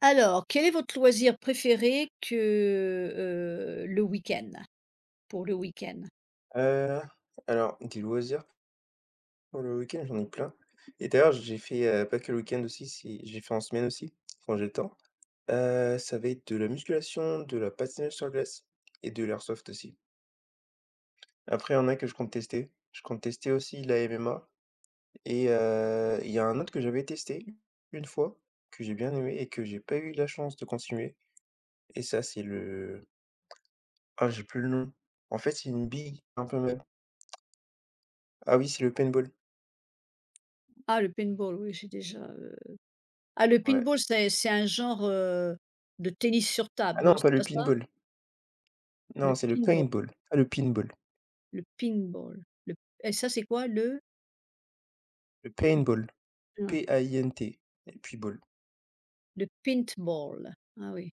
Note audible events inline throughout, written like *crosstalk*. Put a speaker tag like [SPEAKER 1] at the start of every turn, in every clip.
[SPEAKER 1] Alors, quel est votre loisir préféré que, le week-end? Pour le week-end?
[SPEAKER 2] Heu, alors des loisirs pour le week-end, j'en ai plein et d'ailleurs j'ai fait, pas que le week-end aussi, si j'ai fait en semaine aussi, quand j'ai le temps. Ça va être de la musculation, de la patinage sur glace et de l'airsoft aussi. Après il y en a que je compte tester. Je compte tester aussi la MMA et il y a un autre que j'avais testé une fois, que j'ai bien aimé et que j'ai pas eu la chance de continuer et ça c'est le j'ai plus le nom. En fait, c'est une bille un peu même. Ah oui, c'est le paintball,
[SPEAKER 1] Ah, le paintball, oui, j'ai déjà, ah, le
[SPEAKER 2] ouais.
[SPEAKER 1] pinball, c'est un genre, de tennis sur table,
[SPEAKER 2] Ah non,
[SPEAKER 1] non, c'est
[SPEAKER 2] pas le
[SPEAKER 1] pas ça?
[SPEAKER 2] pinball. Non,
[SPEAKER 1] Le
[SPEAKER 2] c'est le
[SPEAKER 1] pinball,
[SPEAKER 2] paintball. Ah, le pinball.
[SPEAKER 1] le paintball, le et ça, c'est quoi? Le
[SPEAKER 2] Le paintball,
[SPEAKER 1] le, hein,
[SPEAKER 2] P-A-I-N-T et puis ball.
[SPEAKER 1] le paintball. Ah oui.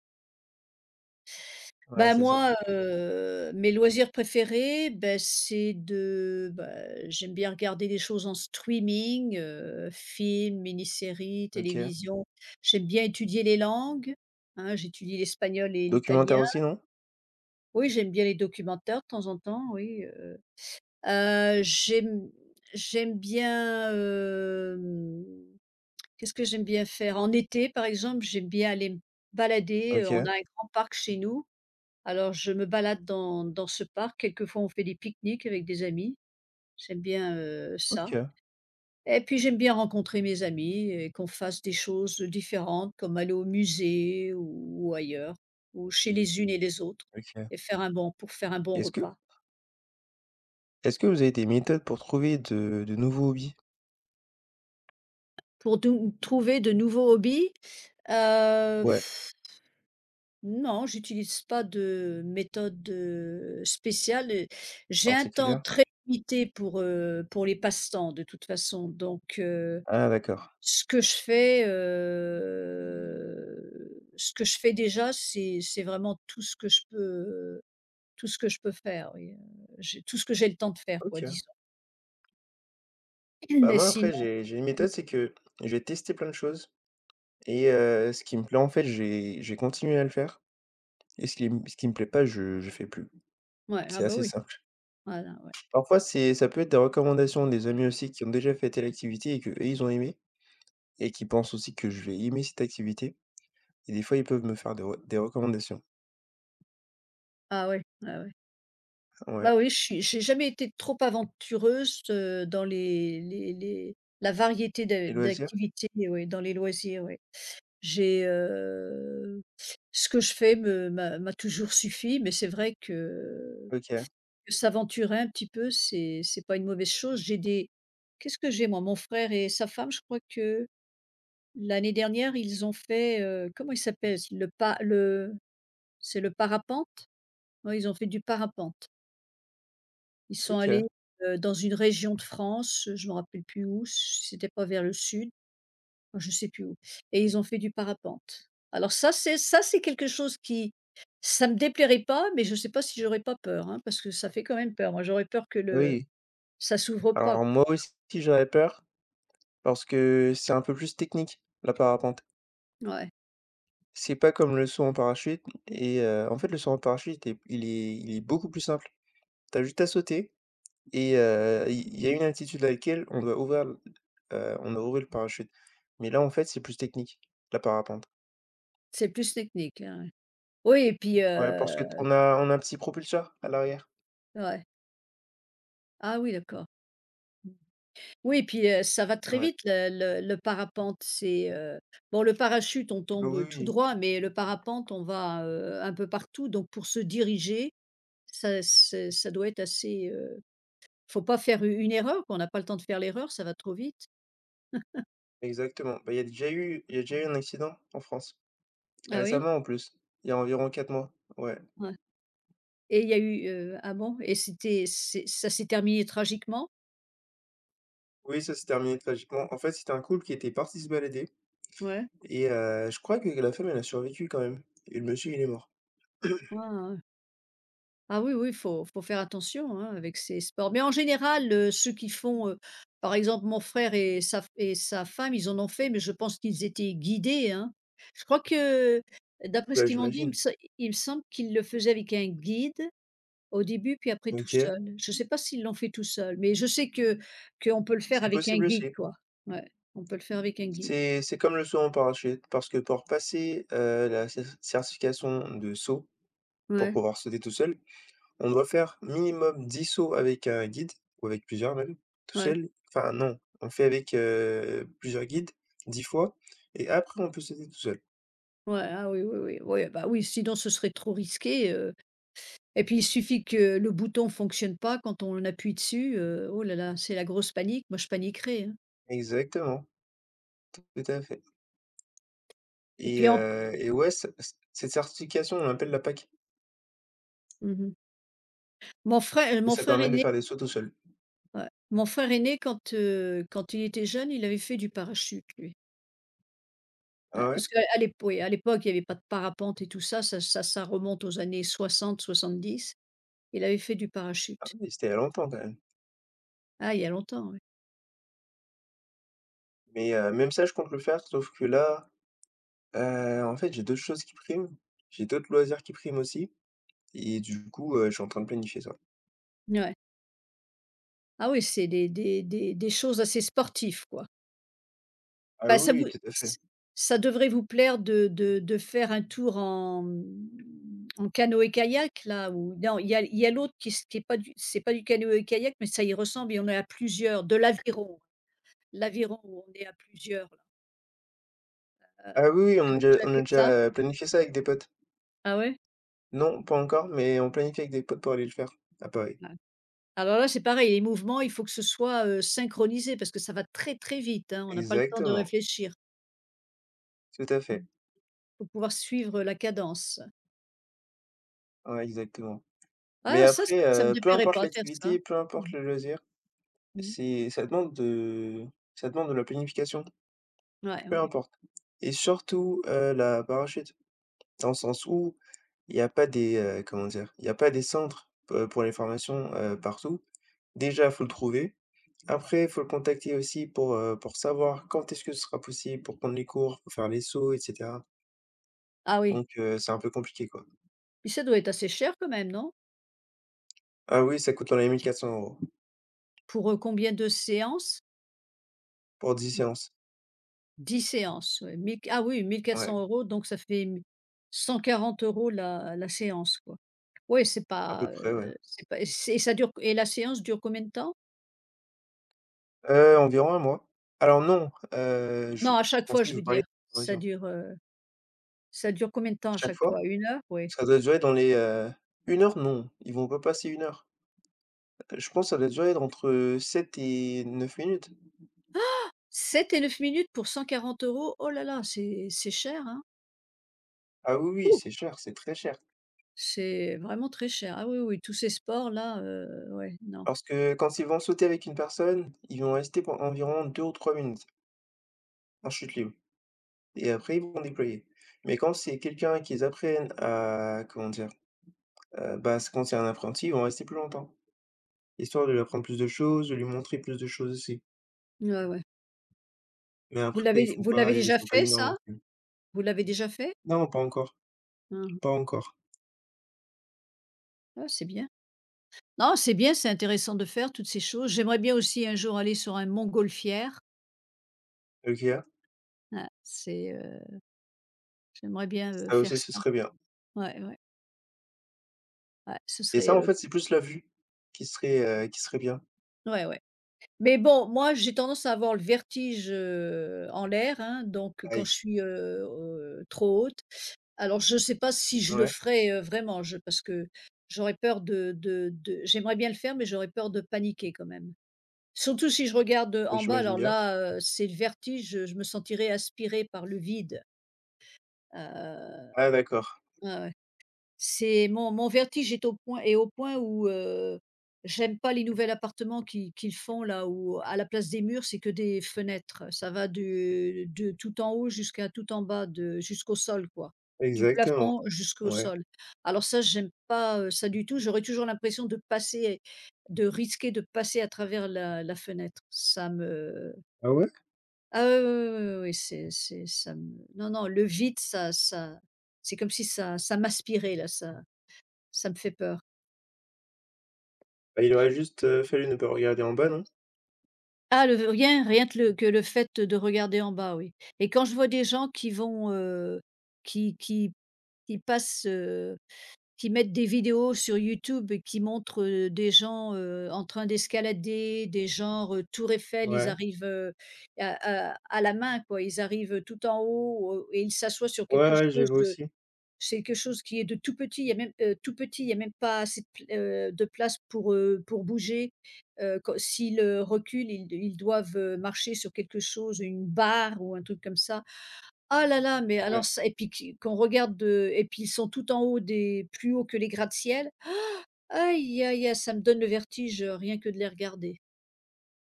[SPEAKER 2] Ouais,
[SPEAKER 1] Bah,
[SPEAKER 2] c'est ça.
[SPEAKER 1] moi, mes loisirs préférés, beh, c'est de bah, j'aime bien regarder des choses en streaming, films, mini-séries,
[SPEAKER 2] OK.
[SPEAKER 1] télévision. J'aime bien étudier les langues, hein, j'étudie l'espagnol et
[SPEAKER 2] Documentaire
[SPEAKER 1] l'italien.
[SPEAKER 2] aussi, non?
[SPEAKER 1] Oui, j'aime bien les documentaires de temps en temps, oui. Heu, j'aime j'aime bien, qu'est-ce que j'aime bien faire? En été, par exemple, j'aime bien aller me balader, on
[SPEAKER 2] OK,
[SPEAKER 1] a un grand parc chez nous. Alors je me balade dans ce parc, quelquefois on fait des pique-niques avec des amis, j'aime bien, ça.
[SPEAKER 2] OK,
[SPEAKER 1] Et puis j'aime bien rencontrer mes amis et qu'on fasse des choses différentes comme aller au musée ou ailleurs ou chez les unes et les autres
[SPEAKER 2] OK.
[SPEAKER 1] et faire un bon pour faire un bon
[SPEAKER 2] Est-ce que
[SPEAKER 1] repas.
[SPEAKER 2] est-ce que vous avez des méthodes pour trouver de nouveaux hobbies?
[SPEAKER 1] Pour dou trouver de nouveaux hobbies, heu,
[SPEAKER 2] Ouais,
[SPEAKER 1] non, j'utilise pas de méthode, spéciale et j'ai un temps
[SPEAKER 2] particulière.
[SPEAKER 1] très limité pour les passe-temps de toute façon donc
[SPEAKER 2] Ah d'accord.
[SPEAKER 1] ce que je fais, ce que je fais déjà, c'est vraiment tout ce que je peux tout ce que je peux faire, oui, j'ai tout ce que j'ai le temps de faire quoi,
[SPEAKER 2] OK.
[SPEAKER 1] disons. *clears throat*
[SPEAKER 2] Bah,
[SPEAKER 1] Mais
[SPEAKER 2] moi après
[SPEAKER 1] sinon,
[SPEAKER 2] j'ai une méthode, c'est que je vais tester plein de choses et ce qui me plaît en fait, j'ai vais je à le faire et ce qui me plaît pas, je fais plus.
[SPEAKER 1] ouais, ah
[SPEAKER 2] C'est
[SPEAKER 1] bah,
[SPEAKER 2] assez
[SPEAKER 1] oui,
[SPEAKER 2] simple.
[SPEAKER 1] voilà, ouais.
[SPEAKER 2] Parfois c'est ça peut être des recommandations des amis aussi qui ont déjà fait telle activité et qu'eux, ils ont aimé et qui pensent aussi que je vais aimer cette activité et des fois, ils peuvent me faire des recommandations.
[SPEAKER 1] Ah ouais, ouais, ouais.
[SPEAKER 2] Ouais.
[SPEAKER 1] Bah, oui, je suis j'ai jamais été trop aventureuse, dans les la variété de
[SPEAKER 2] Les loisirs?
[SPEAKER 1] d'activités, oui, dans les loisirs, oui. J'ai, ce que je fais me m'a m'a toujours suffi, mais c'est vrai que
[SPEAKER 2] OK.
[SPEAKER 1] s'aventurer un petit peu, c'est pas une mauvaise chose. J'ai des qu'est-ce que j'ai moi? Mon frère et sa femme, je crois que l'année dernière, ils ont fait, comment il s'appelle? Le pa le C'est le parapente? Ouais, ils ont fait du parapente. Ils sont
[SPEAKER 2] OK.
[SPEAKER 1] allés, dans une région de France, je me rappelle plus où, c'était pas vers le sud, enfin, je sais plus où, et ils ont fait du parapente. Alors ça, c'est quelque chose qui ça me déplairait pas, mais je sais pas si j'aurais pas peur, hein, parce que ça fait quand même peur. Moi, j'aurais peur que le
[SPEAKER 2] Oui.
[SPEAKER 1] ça s'ouvre pas.
[SPEAKER 2] Alors moi aussi, j'aurais peur parce que c'est un peu plus technique, la parapente.
[SPEAKER 1] Ouais,
[SPEAKER 2] C'est pas comme le saut en parachute et en fait, le saut en parachute est beaucoup plus simple. T'as juste à sauter et il y a une altitude à laquelle on doit ouvrir l on doit ouvrir le parachute. Mais là, en fait, c'est plus technique, la parapente.
[SPEAKER 1] c'est plus technique là, ouais. Oui et puis,
[SPEAKER 2] Ouais, parce que t on a un petit propulseur à l'arrière.
[SPEAKER 1] ouais. Ah oui, d'accord. Oui et puis, ça va très
[SPEAKER 2] Ouais.
[SPEAKER 1] vite le parapente, bon le parachute on
[SPEAKER 2] Bah, oui,
[SPEAKER 1] tombe tout
[SPEAKER 2] oui,
[SPEAKER 1] droit, mais le parapente on va, un peu partout donc pour se diriger, ça doit être assez, faut pas faire u une erreur qu'on n'a pas le temps de faire l'erreur, ça va trop vite.
[SPEAKER 2] exactement. Bah, il y a déjà eu il y a déjà eu un accident en France,
[SPEAKER 1] Ah oui?
[SPEAKER 2] récemment en plus, il y a environ 4 mois, ouais.
[SPEAKER 1] Ouais, et il y a eu, ah bon? Et c'était c'est ça s'est terminé tragiquement?
[SPEAKER 2] Oui, ça s'est terminé tragiquement. En fait, c'était un couple qui était parti se balader
[SPEAKER 1] Ouais.
[SPEAKER 2] et je crois que la femme, elle a survécu quand même et le monsieur, il est mort. *clears throat*
[SPEAKER 1] Ouais, ouais. Ah oui, oui, il faut faire attention, hein, avec ces sports. Mais en général, ceux qui font, par exemple, mon frère et sa femme, ils en ont fait, mais je pense qu'ils étaient guidés, hein. Je crois que, d'après ce
[SPEAKER 2] Bah,
[SPEAKER 1] qu'ils m'ont dit,
[SPEAKER 2] j'imagine.
[SPEAKER 1] il me semble qu'ils le faisaient avec un guide au début, puis après tout
[SPEAKER 2] OK,
[SPEAKER 1] seul. Je ne sais pas s'ils l'ont fait tout seul, mais je sais que qu'on peut le faire
[SPEAKER 2] c'est
[SPEAKER 1] avec un
[SPEAKER 2] possible
[SPEAKER 1] guide,
[SPEAKER 2] aussi.
[SPEAKER 1] quoi. Ouais, on peut le faire avec un guide.
[SPEAKER 2] C'est comme le saut en parachute, parce que pour passer, la certification de saut, pour
[SPEAKER 1] Ouais,
[SPEAKER 2] pouvoir sauter tout seul, on doit faire minimum 10 sauts avec un guide ou avec plusieurs même, tout
[SPEAKER 1] ouais,
[SPEAKER 2] seul. Enfin non, on fait avec, plusieurs guides, 10 fois et après on peut sauter tout seul.
[SPEAKER 1] ouais, ah oui, oui, oui, ouais, bah, oui, sinon ce serait trop risqué, et puis il suffit que le bouton fonctionne pas quand on appuie dessus, oh là là, c'est la grosse panique. Moi je paniquerais, hein.
[SPEAKER 2] Exactement, tout à fait
[SPEAKER 1] Et
[SPEAKER 2] et
[SPEAKER 1] puis en
[SPEAKER 2] heu et ouais, ce c cette certification, on l'appelle la PAC
[SPEAKER 1] mmh mon frère,
[SPEAKER 2] et
[SPEAKER 1] mon
[SPEAKER 2] ça
[SPEAKER 1] frère
[SPEAKER 2] permet de
[SPEAKER 1] aîné,
[SPEAKER 2] faire des sauts tout seul.
[SPEAKER 1] ouais, mon frère aîné quand il était jeune, il avait fait du parachute lui. Ouais,
[SPEAKER 2] Ah ouais?
[SPEAKER 1] parce qu'à oui, l'époque, il n'y avait pas de parapente et tout ça, ça remonte aux années 60, 70. Il avait fait du
[SPEAKER 2] Ah
[SPEAKER 1] parachute.
[SPEAKER 2] oui, c'était il y a longtemps quand même
[SPEAKER 1] Ah, il y a longtemps, oui.
[SPEAKER 2] mais même ça, je compte le faire, sauf que là. En fait, j'ai d'autres choses qui priment, j'ai d'autres loisirs qui priment aussi et du coup, je suis en train de planifier ça.
[SPEAKER 1] Ouais. Ah oui, c'est des choses assez sportives, quoi.
[SPEAKER 2] Ah
[SPEAKER 1] Bah,
[SPEAKER 2] oui, oui, tout à fait.
[SPEAKER 1] ç ça devrait vous plaire de faire un tour en canoë-kayak, là où non, il y a l'autre qui est pas du c'est pas du canoë-kayak, mais ça y ressemble et on est à plusieurs, de l'aviron. L'aviron où on est à plusieurs là, heu,
[SPEAKER 2] Ah oui,
[SPEAKER 1] vous
[SPEAKER 2] oui, on a
[SPEAKER 1] avez
[SPEAKER 2] déjà
[SPEAKER 1] déjà
[SPEAKER 2] on a
[SPEAKER 1] fait
[SPEAKER 2] déjà
[SPEAKER 1] ça?
[SPEAKER 2] euh, planifié ça avec des potes.
[SPEAKER 1] Ah ouais?
[SPEAKER 2] Non, pas encore, mais on planifie avec des potes pour aller le faire, à Paris.
[SPEAKER 1] Ouais. Alors là, c'est pareil, les mouvements, il faut que ce soit, synchronisé parce que ça va très, très vite, hein, on n'a pas le temps de
[SPEAKER 2] Exactement,
[SPEAKER 1] réfléchir.
[SPEAKER 2] tout à
[SPEAKER 1] Mmh.
[SPEAKER 2] fait.
[SPEAKER 1] Faut pouvoir suivre la cadence.
[SPEAKER 2] Ouais, exactement. Mais
[SPEAKER 1] Ah, ça ça
[SPEAKER 2] après,
[SPEAKER 1] ça me
[SPEAKER 2] peu
[SPEAKER 1] déplairait
[SPEAKER 2] importe
[SPEAKER 1] pas de faire ça.
[SPEAKER 2] l'activité, peu
[SPEAKER 1] Mmh
[SPEAKER 2] importe
[SPEAKER 1] mh.
[SPEAKER 2] le loisir,
[SPEAKER 1] Mmh.
[SPEAKER 2] c'est ça demande de la planification,
[SPEAKER 1] Ouais,
[SPEAKER 2] peu
[SPEAKER 1] ouais.
[SPEAKER 2] importe et surtout, la parachute. Dans le sens où il y a pas des, comment dire? Il y a pas des centres, pour les formations, partout. Déjà, il faut le trouver. Après, il faut le contacter aussi pour savoir quand est-ce que ce sera possible pour prendre les cours, pour faire les sauts et cetera.
[SPEAKER 1] Ah oui,
[SPEAKER 2] Donc, c'est un peu compliqué, quoi.
[SPEAKER 1] puis ça doit être assez cher quand même, non?
[SPEAKER 2] Ah oui, ça coûte dans les 1 400 €
[SPEAKER 1] Pour, combien de séances?
[SPEAKER 2] pour 10 séances.
[SPEAKER 1] 10 séances, ouais, 1 000 ah oui, mille quatre
[SPEAKER 2] Ouais,
[SPEAKER 1] cents euros, donc ça fait 140 € la séance, quoi. Ouais, c'est
[SPEAKER 2] à peu
[SPEAKER 1] pas, heu,
[SPEAKER 2] près, ouais.
[SPEAKER 1] c'est pas et c'est ça dure et la séance dure combien de temps?
[SPEAKER 2] Environ un mois. Alors non, je
[SPEAKER 1] Non, à
[SPEAKER 2] je
[SPEAKER 1] chaque fois,
[SPEAKER 2] pensais que
[SPEAKER 1] je
[SPEAKER 2] je
[SPEAKER 1] veux
[SPEAKER 2] vous parliez
[SPEAKER 1] dire.
[SPEAKER 2] de
[SPEAKER 1] Ça
[SPEAKER 2] formation.
[SPEAKER 1] dure, heu, ça dure combien de temps à
[SPEAKER 2] Chaque
[SPEAKER 1] chaque fois?
[SPEAKER 2] fois?
[SPEAKER 1] 1 heure? Oui.
[SPEAKER 2] Ça doit durer dans les, 1 heure, non, ils vont pas passer une heure. Je pense que ça doit durer entre, 7 et 9 minutes.
[SPEAKER 1] 7 et 9 minutes pour 140 euros. Oh là là, c'est cher, hein.
[SPEAKER 2] Ah oui, oui,
[SPEAKER 1] Ouh!
[SPEAKER 2] c'est cher, c'est très cher.
[SPEAKER 1] C'est vraiment très cher. Ah oui, oui, tous ces sports-là, ouais, non.
[SPEAKER 2] Parce que quand ils vont sauter avec une personne, ils vont rester pour environ 2 ou 3 minutes en chute libre et après ils vont déployer. Mais quand c'est quelqu'un qu'ils apprennent à comment dire? Bah, c'est quand c'est un apprenti, ils vont rester plus longtemps, histoire de lui apprendre plus de choses, de lui montrer plus de choses aussi.
[SPEAKER 1] Ouais, ouais.
[SPEAKER 2] Mais
[SPEAKER 1] Vous
[SPEAKER 2] après ils
[SPEAKER 1] l'avez
[SPEAKER 2] font
[SPEAKER 1] vous
[SPEAKER 2] pas
[SPEAKER 1] l'avez
[SPEAKER 2] ils
[SPEAKER 1] déjà
[SPEAKER 2] font pas
[SPEAKER 1] fait
[SPEAKER 2] une heure non
[SPEAKER 1] ça?
[SPEAKER 2] plus.
[SPEAKER 1] Vous l'avez déjà fait?
[SPEAKER 2] Non, pas encore,
[SPEAKER 1] Mmh.
[SPEAKER 2] pas encore.
[SPEAKER 1] Ah, c'est bien. Non, c'est bien, c'est intéressant de faire toutes ces choses. J'aimerais bien aussi un jour aller sur un montgolfière.
[SPEAKER 2] OK,
[SPEAKER 1] Ah, c'est, j'aimerais bien,
[SPEAKER 2] ça aussi
[SPEAKER 1] faire
[SPEAKER 2] ce
[SPEAKER 1] ça.
[SPEAKER 2] serait bien.
[SPEAKER 1] Ouais, ouais, ouais, ce
[SPEAKER 2] Et
[SPEAKER 1] serait,
[SPEAKER 2] ça en fait, c'est plus la vue qui serait bien.
[SPEAKER 1] ouais, ouais. Mais bon, moi, j'ai tendance à avoir le vertige, en l'air, hein, donc quand je
[SPEAKER 2] Aïe.
[SPEAKER 1] suis, trop haute. Alors je ne sais pas si je le
[SPEAKER 2] Ouais,
[SPEAKER 1] ferais, vraiment, je parce que j'aurais peur de j'aimerais bien le faire, mais j'aurais peur de paniquer quand même. Surtout si je regarde,
[SPEAKER 2] bah,
[SPEAKER 1] en bas,
[SPEAKER 2] j'imagine
[SPEAKER 1] alors
[SPEAKER 2] bien.
[SPEAKER 1] là, c'est le vertige, je me sentirais aspirée par le vide. Heu,
[SPEAKER 2] Ah d'accord,
[SPEAKER 1] ouais, ouais. C'est mon vertige est au point où, j'aime pas les nouvelles appartements qui qu'ils font là, où à la place des murs, c'est que des fenêtres. Ça va de tout en haut jusqu'à tout en bas de jusqu'au sol, quoi. Du
[SPEAKER 2] exactement.
[SPEAKER 1] plafond jusqu'au
[SPEAKER 2] Ouais.
[SPEAKER 1] sol. Alors ça, j'aime pas, ça du tout. J'aurais toujours l'impression de risquer de passer à travers la fenêtre. Ça me.
[SPEAKER 2] Ah ouais?
[SPEAKER 1] Ah oui, oui, oui, oui, oui, c'est ça me, non, non, le vide, ça c'est comme si ça m'aspirait là, ça me fait peur.
[SPEAKER 2] Bah, il aurait juste, fallu ne pas regarder en bas, non?
[SPEAKER 1] Ah, le rien que le fait de regarder en bas, oui, et quand je vois des gens qui vont, qui qui qui passent, qui mettent des vidéos sur YouTube et qui montrent, des gens, en train d'escalader, des gens, tour Eiffel, ils
[SPEAKER 2] Ouais.
[SPEAKER 1] arrivent, à la main quoi, ils arrivent tout en haut, et ils s'assoient sur
[SPEAKER 2] Ouais,
[SPEAKER 1] quelque
[SPEAKER 2] ouais, j'ai
[SPEAKER 1] chose
[SPEAKER 2] vu
[SPEAKER 1] de.
[SPEAKER 2] aussi.
[SPEAKER 1] C'est quelque chose qui est de tout petit, il y a même, tout petit, il y a même pas assez de pl de place pour bouger. Quand s'ils, reculent, ils doivent, marcher sur quelque chose, une barre ou un truc comme ça. Ah là là, mais alors
[SPEAKER 2] Ouais.
[SPEAKER 1] ça et puis qui qu'on regarde de et puis ils sont tout en haut des plus haut que les gratte-ciel. Aïe, aïe, aïe, ça me donne le vertige, rien que de les regarder.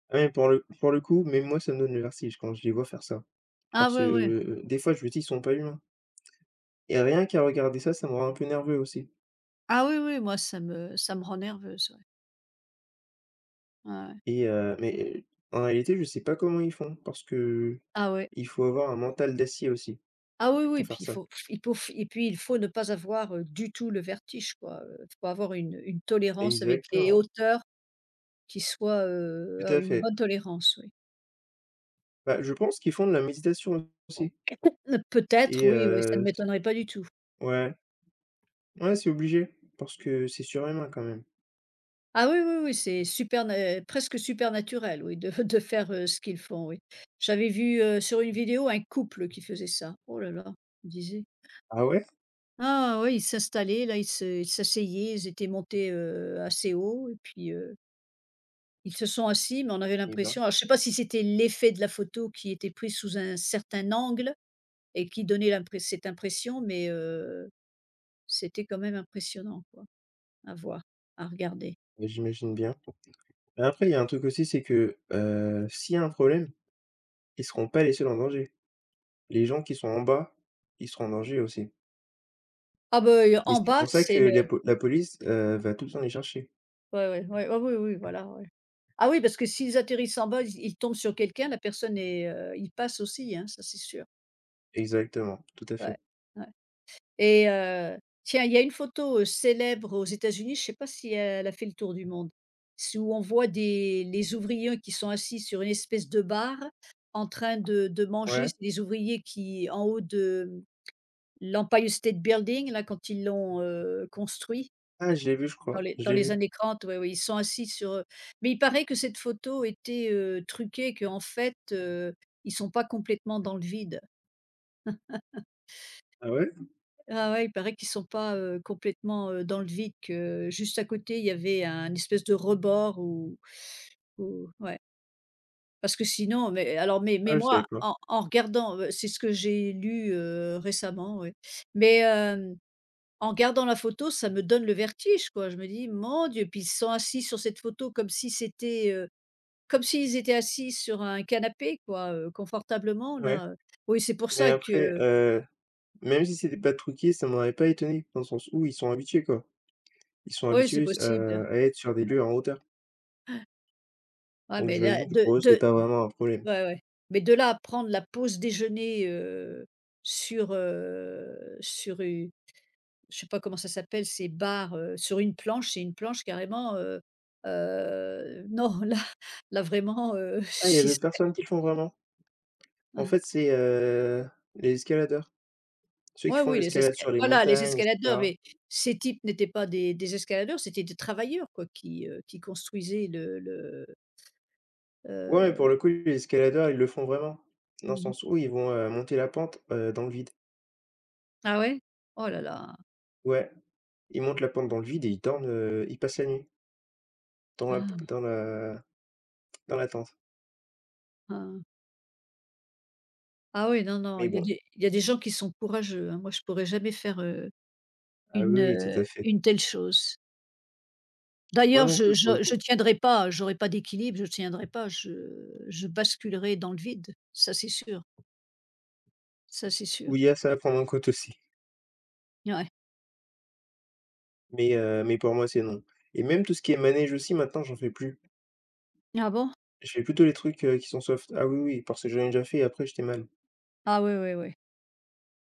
[SPEAKER 2] Ah mais pour le coup, même moi, ça me donne le vertige quand je les vois faire ça.
[SPEAKER 1] Ah
[SPEAKER 2] Parce que,
[SPEAKER 1] ouais, ouais.
[SPEAKER 2] des fois, je me dis: «Ils sont pas humains» et rien qu'à regarder ça, ça me rend un peu nerveux aussi
[SPEAKER 1] Ah oui, oui, moi ça me rend nerveuse, ouais. Ouais, ouais.
[SPEAKER 2] et en réalité, je sais pas comment ils font parce que
[SPEAKER 1] Ah ouais.
[SPEAKER 2] il faut avoir un mental d'acier aussi
[SPEAKER 1] Ah oui, oui,
[SPEAKER 2] pour faire
[SPEAKER 1] puis il
[SPEAKER 2] ça.
[SPEAKER 1] faut il faut et puis il faut ne pas avoir, du tout le vertige quoi, il faut avoir une tolérance avec les
[SPEAKER 2] Exactement,
[SPEAKER 1] hauteurs qui soit,
[SPEAKER 2] tout
[SPEAKER 1] ah,
[SPEAKER 2] à
[SPEAKER 1] une
[SPEAKER 2] fait.
[SPEAKER 1] bonne tolérance, oui.
[SPEAKER 2] Bah, je pense qu'ils font de la méditation aussi
[SPEAKER 1] Peut-être,
[SPEAKER 2] et
[SPEAKER 1] oui, oui, ça
[SPEAKER 2] heu,
[SPEAKER 1] ne m'étonnerait pas du tout.
[SPEAKER 2] ouais. Ouais, c'est obligé, parce que c'est surhumain quand même.
[SPEAKER 1] Ah oui, oui, oui, c'est super na presque supernaturel, oui de *laughs* de faire, ce qu'ils font, oui. J'avais vu, sur une vidéo un couple qui faisait ça. Oh là là, je me disais:
[SPEAKER 2] Ah ouais?
[SPEAKER 1] «Ah oui, ils s'installaient là, ils s'asseyaient, ils étaient montés, assez haut et puis,» Ils se sont assis, mais on avait
[SPEAKER 2] Eh ben,
[SPEAKER 1] l'impression, alors je ne sais pas si c'était l'effet de la photo qui était prise sous un certain angle et qui donnait l'impré cette impression, mais c'était quand même impressionnant quoi, à voir, à regarder.
[SPEAKER 2] bah, j'imagine bien. Mais après, il y a un truc aussi, c'est que, s'il y a un problème, ils seront pas les seuls en danger. Les gens qui sont en bas, ils seront en danger aussi.
[SPEAKER 1] Ah ben,
[SPEAKER 2] Et
[SPEAKER 1] en
[SPEAKER 2] c'est
[SPEAKER 1] bas,
[SPEAKER 2] pour ça que
[SPEAKER 1] c'est le,
[SPEAKER 2] la po la police, va tout le temps les chercher.
[SPEAKER 1] ouais, ouais, ouais, ah oui, oui, voilà, ouais. Ah oui, parce que s'ils atterrissent en bas, ils tombent sur quelqu'un, la personne est, ils passent aussi, hein, ça c'est sûr.
[SPEAKER 2] Exactement, tout à
[SPEAKER 1] Ouais,
[SPEAKER 2] fait.
[SPEAKER 1] ouais. Et, tiens, il y a une photo, célèbre aux États-Unis, je ne sais pas si elle a fait le tour du monde. C'est où on voit des les ouvriers qui sont assis sur une espèce de bar en train de manger.
[SPEAKER 2] Ouais.
[SPEAKER 1] C'est des ouvriers qui en haut de, l'Empire State Building là quand ils l'ont, construit
[SPEAKER 2] Ah, je l'ai vu, je
[SPEAKER 1] dans
[SPEAKER 2] crois,
[SPEAKER 1] les
[SPEAKER 2] je
[SPEAKER 1] dans
[SPEAKER 2] l'ai
[SPEAKER 1] les
[SPEAKER 2] vu.
[SPEAKER 1] années 30, ouais, ouais, ils sont assis sur, mais il paraît que cette photo était, truquée, qu'en fait, ils sont pas complètement dans le vide.
[SPEAKER 2] Ah ouais?
[SPEAKER 1] Ah ouais, il paraît qu'ils sont pas, complètement, dans le vide, que juste à côté, il y avait un espèce de rebord ou ouais. Parce que sinon mais alors mais
[SPEAKER 2] Ah,
[SPEAKER 1] mais
[SPEAKER 2] je savais
[SPEAKER 1] moi,
[SPEAKER 2] pas.
[SPEAKER 1] en regardant, c'est ce que j'ai lu, récemment, oui. Mais, en regardant la photo, ça me donne le vertige, quoi. Je me dis: «Mon Dieu!» Puis ils sont assis sur cette photo comme si c'était, comme s'ils étaient assis sur un canapé, quoi, confortablement
[SPEAKER 2] Ouais.
[SPEAKER 1] là. Oui, c'est pour
[SPEAKER 2] Mais
[SPEAKER 1] ça que,
[SPEAKER 2] après, même si c'était pas truqué, ça m'aurait pas étonné, dans le sens où ils sont habitués, quoi. Ils sont
[SPEAKER 1] oui, c'est
[SPEAKER 2] habitués s
[SPEAKER 1] possible.
[SPEAKER 2] à être sur des lieux en hauteur.
[SPEAKER 1] Ah
[SPEAKER 2] Donc
[SPEAKER 1] mais là,
[SPEAKER 2] j'imagine que pour eux, c'est
[SPEAKER 1] de
[SPEAKER 2] pas vraiment un problème.
[SPEAKER 1] ouais, ouais. Mais de là à prendre la pause déjeuner, sur, sur u je sais pas comment ça s'appelle ces bars, sur une planche, c'est une planche carrément, non *laughs* là vraiment, *laughs*
[SPEAKER 2] Ah, il y a
[SPEAKER 1] j'y
[SPEAKER 2] d'autres
[SPEAKER 1] serais,
[SPEAKER 2] personnes qui le font vraiment? En
[SPEAKER 1] ouais.
[SPEAKER 2] fait, c'est, les escaladeurs, ceux qui
[SPEAKER 1] Ouais,
[SPEAKER 2] font de
[SPEAKER 1] oui, les
[SPEAKER 2] l'escalade
[SPEAKER 1] esca
[SPEAKER 2] sur les
[SPEAKER 1] voilà les
[SPEAKER 2] montagnes et
[SPEAKER 1] escaladeurs,
[SPEAKER 2] cetera.
[SPEAKER 1] mais ces types n'étaient pas des escaladeurs, c'était des travailleurs quoi qui construisaient le,
[SPEAKER 2] Ouais, mais pour
[SPEAKER 1] heu
[SPEAKER 2] le coup, les escaladeurs, ils le font vraiment, dans le
[SPEAKER 1] mmh
[SPEAKER 2] sens où ils vont, monter la pente, dans le vide.
[SPEAKER 1] Ah ouais? Oh là là.
[SPEAKER 2] Ouais, ils montent la pente dans le vide et ils dorment, ils passent la nuit dans la
[SPEAKER 1] Ah,
[SPEAKER 2] dans la dans la tente.
[SPEAKER 1] ah. Ah oui, non, non,
[SPEAKER 2] Mais
[SPEAKER 1] il y a
[SPEAKER 2] bon,
[SPEAKER 1] des il y a des gens qui sont courageux, hein. Moi, je pourrais jamais faire,
[SPEAKER 2] ah oui,
[SPEAKER 1] une,
[SPEAKER 2] oui, tout
[SPEAKER 1] heu,
[SPEAKER 2] à fait.
[SPEAKER 1] une telle chose.
[SPEAKER 2] Moi
[SPEAKER 1] D'ailleurs,
[SPEAKER 2] non
[SPEAKER 1] je
[SPEAKER 2] plus, pour le
[SPEAKER 1] je
[SPEAKER 2] coup.
[SPEAKER 1] je tiendrai pas, j'aurais pas d'équilibre, je tiendrai pas, je basculerai dans le vide, ça c'est sûr, ça c'est sûr.
[SPEAKER 2] Oui, il y a ça à prendre en compte aussi,
[SPEAKER 1] Ouais.
[SPEAKER 2] mais pour moi, c'est non. Et même tout ce qui est manège aussi, maintenant, j'en fais plus.
[SPEAKER 1] Ah bon?
[SPEAKER 2] Je fais plutôt les trucs, qui sont soft. Ah oui, oui, parce que j'en ai déjà fait et après j'étais mal.
[SPEAKER 1] Ah oui, oui, oui.